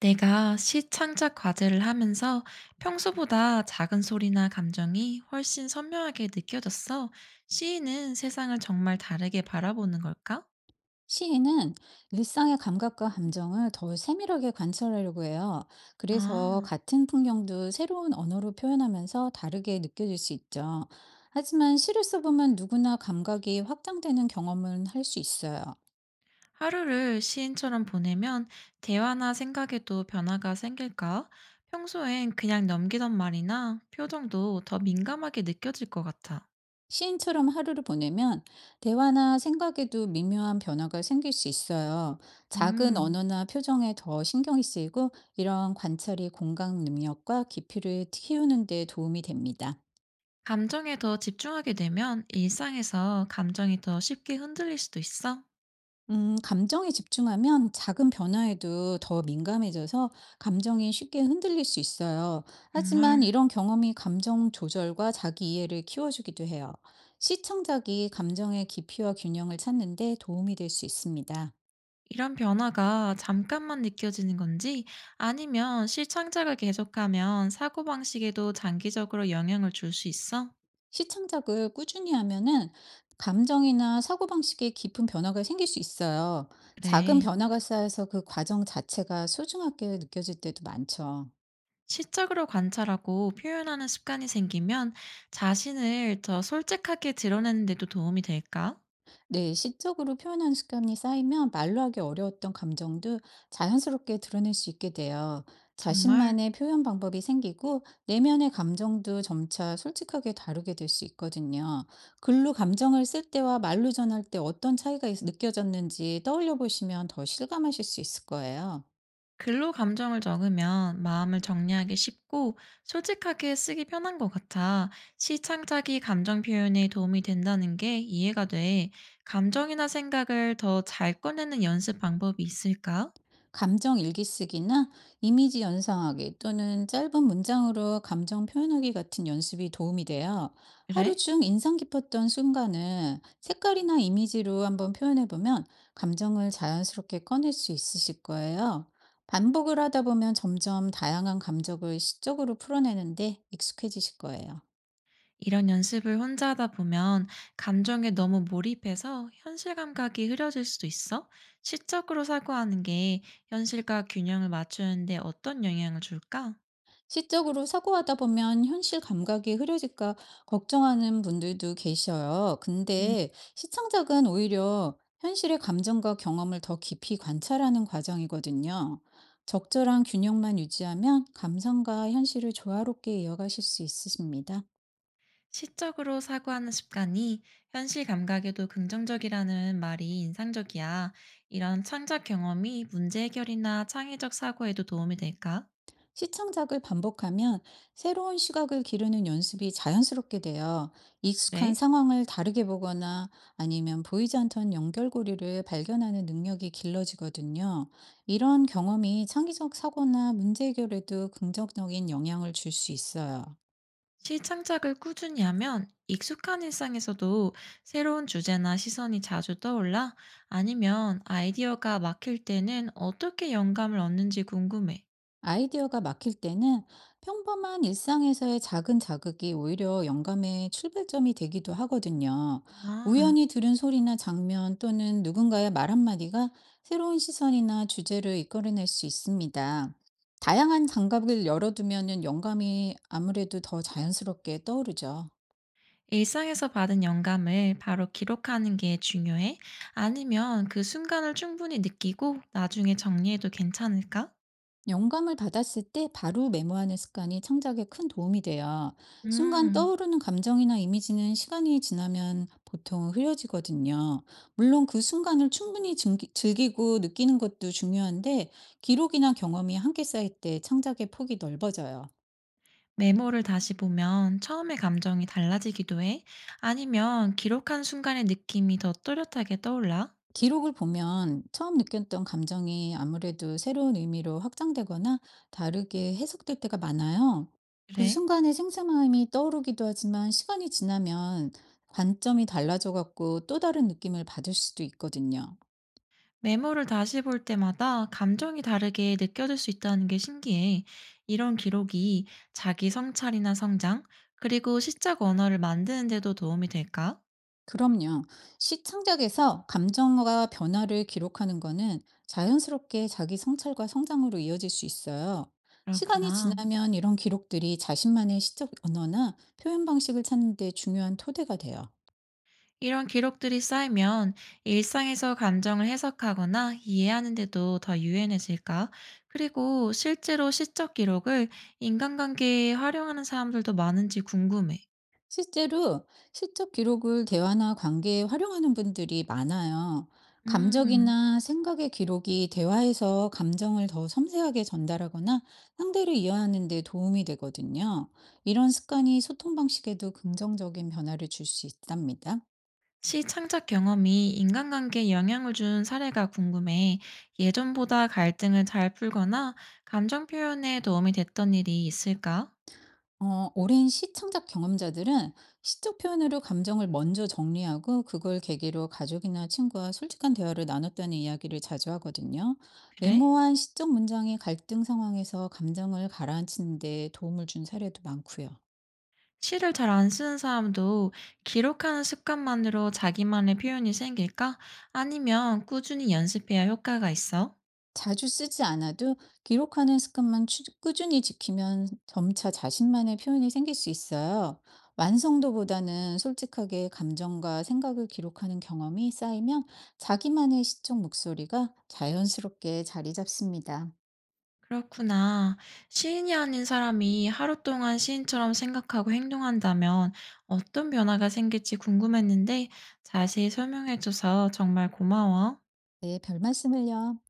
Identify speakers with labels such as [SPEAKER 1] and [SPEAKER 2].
[SPEAKER 1] 내가 시창작 과제를 하면서 평소보다 작은 소리나 감정이 훨씬 선명하게 느껴졌어. 시인은 세상을 정말 다르게 바라보는 걸까?
[SPEAKER 2] 시인은 일상의 감각과 감정을 더 세밀하게 관찰하려고 해요. 그래서
[SPEAKER 1] 아,
[SPEAKER 2] 같은 풍경도 새로운 언어로 표현하면서 다르게 느껴질 수 있죠. 하지만 시를 써보면 누구나 감각이 확장되는 경험은 할 수 있어요.
[SPEAKER 1] 하루를 시인처럼 보내면 대화나 생각에도 변화가 생길까? 평소엔 그냥 넘기던 말이나 표정도 더 민감하게 느껴질 것 같아.
[SPEAKER 2] 시인처럼 하루를 보내면 대화나 생각에도 미묘한 변화가 생길 수 있어요. 작은
[SPEAKER 1] 음,
[SPEAKER 2] 언어나 표정에 더 신경이 쓰이고, 이런 관찰이 공감 능력과 깊이를 키우는 데 도움이 됩니다.
[SPEAKER 1] 감정에 더 집중하게 되면 일상에서 감정이 더 쉽게 흔들릴 수도 있어.
[SPEAKER 2] 감정에 집중하면 작은 변화에도 더 민감해져서 감정이 쉽게 흔들릴 수 있어요. 하지만
[SPEAKER 1] 정말.
[SPEAKER 2] 이런 경험이 감정 조절과 자기 이해를 키워주기도 해요. 시청작이 감정의 깊이와 균형을 찾는 데 도움이 될 수 있습니다.
[SPEAKER 1] 이런 변화가 잠깐만 느껴지는 건지 아니면 실천작을 계속하면 사고방식에도 장기적으로 영향을 줄 수 있어?
[SPEAKER 2] 시청작을 꾸준히 하면은 감정이나 사고방식에 깊은 변화가 생길 수 있어요. 작은
[SPEAKER 1] 그래.
[SPEAKER 2] 변화가 쌓여서 그 과정 자체가 소중하게 느껴질 때도 많죠.
[SPEAKER 1] 시적으로 관찰하고 표현하는 습관이 생기면 자신을 더 솔직하게 드러내는 데도 도움이 될까?
[SPEAKER 2] 네, 시적으로 표현하는 습관이 쌓이면 말로 하기 어려웠던 감정도 자연스럽게 드러낼 수 있게 돼요.
[SPEAKER 1] 정말?
[SPEAKER 2] 자신만의 표현 방법이 생기고 내면의 감정도 점차 솔직하게 다루게 될 수 있거든요. 글로 감정을 쓸 때와 말로 전할 때 어떤 차이가 느껴졌는지 떠올려 보시면 더 실감하실 수 있을 거예요.
[SPEAKER 1] 글로 감정을 적으면 마음을 정리하기 쉽고 솔직하게 쓰기 편한 것 같아. 시 창작이 감정 표현에 도움이 된다는 게 이해가 돼. 감정이나 생각을 더 잘 꺼내는 연습 방법이 있을까?
[SPEAKER 2] 감정 일기 쓰기나 이미지 연상하기, 또는 짧은 문장으로 감정 표현하기 같은 연습이 도움이 돼요. 하루
[SPEAKER 1] 그래?
[SPEAKER 2] 중 인상 깊었던 순간을 색깔이나 이미지로 한번 표현해 보면 감정을 자연스럽게 꺼낼 수 있으실 거예요. 반복을 하다 보면 점점 다양한 감정을 시적으로 풀어내는데 익숙해지실 거예요.
[SPEAKER 1] 이런 연습을 혼자 하다 보면 감정에 너무 몰입해서 현실 감각이 흐려질 수도 있어. 시적으로 사고하는 게 현실과 균형을 맞추는데 어떤 영향을 줄까?
[SPEAKER 2] 시적으로 사고하다 보면 현실 감각이 흐려질까 걱정하는 분들도 계셔요.
[SPEAKER 1] 음.
[SPEAKER 2] 근데 시창작은 오히려 현실의 감정과 경험을 더 깊이 관찰하는 과정이거든요. 적절한 균형만 유지하면 감상과 현실을 조화롭게 이어가실 수 있으십니다.
[SPEAKER 1] 시적으로 사고하는 습관이 현실 감각에도 긍정적이라는 말이 인상적이야. 이런 창작 경험이 문제 해결이나 창의적 사고에도 도움이 될까?
[SPEAKER 2] 시창작을 반복하면 새로운 시각을 기르는 연습이 자연스럽게 돼요. 익숙한
[SPEAKER 1] 그래?
[SPEAKER 2] 상황을 다르게 보거나, 아니면 보이지 않던 연결고리를 발견하는 능력이 길러지거든요. 이런 경험이 창의적 사고나 문제 해결에도 긍정적인 영향을 줄 수 있어요.
[SPEAKER 1] 시창작을 꾸준히 하면 익숙한 일상에서도 새로운 주제나 시선이 자주 떠올라? 아니면 아이디어가 막힐 때는 어떻게 영감을 얻는지 궁금해.
[SPEAKER 2] 아이디어가 막힐 때는 평범한 일상에서의 작은 자극이 오히려 영감의 출발점이 되기도 하거든요.
[SPEAKER 1] 아.
[SPEAKER 2] 우연히 들은 소리나 장면, 또는 누군가의 말 한마디가 새로운 시선이나 주제를 이끌어낼 수 있습니다. 다양한 장갑을 열어두면 영감이 아무래도 더 자연스럽게 떠오르죠.
[SPEAKER 1] 일상에서 받은 영감을 바로 기록하는 게 중요해? 아니면 그 순간을 충분히 느끼고 나중에 정리해도 괜찮을까?
[SPEAKER 2] 영감을 받았을 때 바로 메모하는 습관이 창작에 큰 도움이 돼요. 순간
[SPEAKER 1] 음,
[SPEAKER 2] 떠오르는 감정이나 이미지는 시간이 지나면 보통 흐려지거든요. 물론 그 순간을 충분히 즐기고 느끼는 것도 중요한데, 기록이나 경험이 함께 쌓일 때 창작의 폭이 넓어져요.
[SPEAKER 1] 메모를 다시 보면 처음의 감정이 달라지기도 해? 아니면 기록한 순간의 느낌이 더 또렷하게 떠올라?
[SPEAKER 2] 기록을 보면 처음 느꼈던 감정이 아무래도 새로운 의미로 확장되거나 다르게 해석될 때가 많아요. 그
[SPEAKER 1] 그래?
[SPEAKER 2] 순간의 생생함이 떠오르기도 하지만, 시간이 지나면 관점이 달라져 갖고 또 다른 느낌을 받을 수도 있거든요.
[SPEAKER 1] 메모를 다시 볼 때마다 감정이 다르게 느껴질 수 있다는 게 신기해. 이런 기록이 자기 성찰이나 성장, 그리고 시적 언어를 만드는 데도 도움이 될까?
[SPEAKER 2] 그럼요. 시창작에서 감정과 변화를 기록하는 거는 자연스럽게 자기 성찰과 성장으로 이어질 수 있어요. 시간이
[SPEAKER 1] 그렇구나.
[SPEAKER 2] 지나면 이런 기록들이 자신만의 시적 언어나 표현 방식을 찾는 데 중요한 토대가 돼요.
[SPEAKER 1] 이런 기록들이 쌓이면 일상에서 감정을 해석하거나 이해하는 데도 더 유연해질까? 그리고 실제로 시적 기록을 인간관계에 활용하는 사람들도 많은지 궁금해.
[SPEAKER 2] 실제로 시적 기록을 대화나 관계에 활용하는 분들이 많아요.
[SPEAKER 1] 음,
[SPEAKER 2] 감정이나 생각의 기록이 대화에서 감정을 더 섬세하게 전달하거나 상대를 이해하는 데 도움이 되거든요. 이런 습관이 소통 방식에도 긍정적인 변화를 줄 수 있답니다.
[SPEAKER 1] 시 창작 경험이 인간관계에 영향을 준 사례가 궁금해. 예전보다 갈등을 잘 풀거나 감정 표현에 도움이 됐던 일이 있을까?
[SPEAKER 2] 오랜 시청적 경험자들은 시적 표현으로 감정을 먼저 정리하고, 그걸 계기로 가족이나 친구와 솔직한 대화를 나눴다는 이야기를 자주 하거든요.
[SPEAKER 1] 그래?
[SPEAKER 2] 메모한 시적 문장이 갈등 상황에서 감정을 가라앉히는 데 도움을 준 사례도 많고요.
[SPEAKER 1] 시를 잘 안 쓰는 사람도 기록하는 습관만으로 자기만의 표현이 생길까? 아니면 꾸준히 연습해야 효과가 있어?
[SPEAKER 2] 자주 쓰지 않아도 기록하는 습관만 꾸준히 지키면 점차 자신만의 표현이 생길 수 있어요. 완성도보다는 솔직하게 감정과 생각을 기록하는 경험이 쌓이면 자기만의 시적 목소리가 자연스럽게 자리 잡습니다.
[SPEAKER 1] 그렇구나. 시인이 아닌 사람이 하루 동안 시인처럼 생각하고 행동한다면 어떤 변화가 생길지 궁금했는데 자세히 설명해줘서 정말 고마워.
[SPEAKER 2] 네, 별 말씀을요.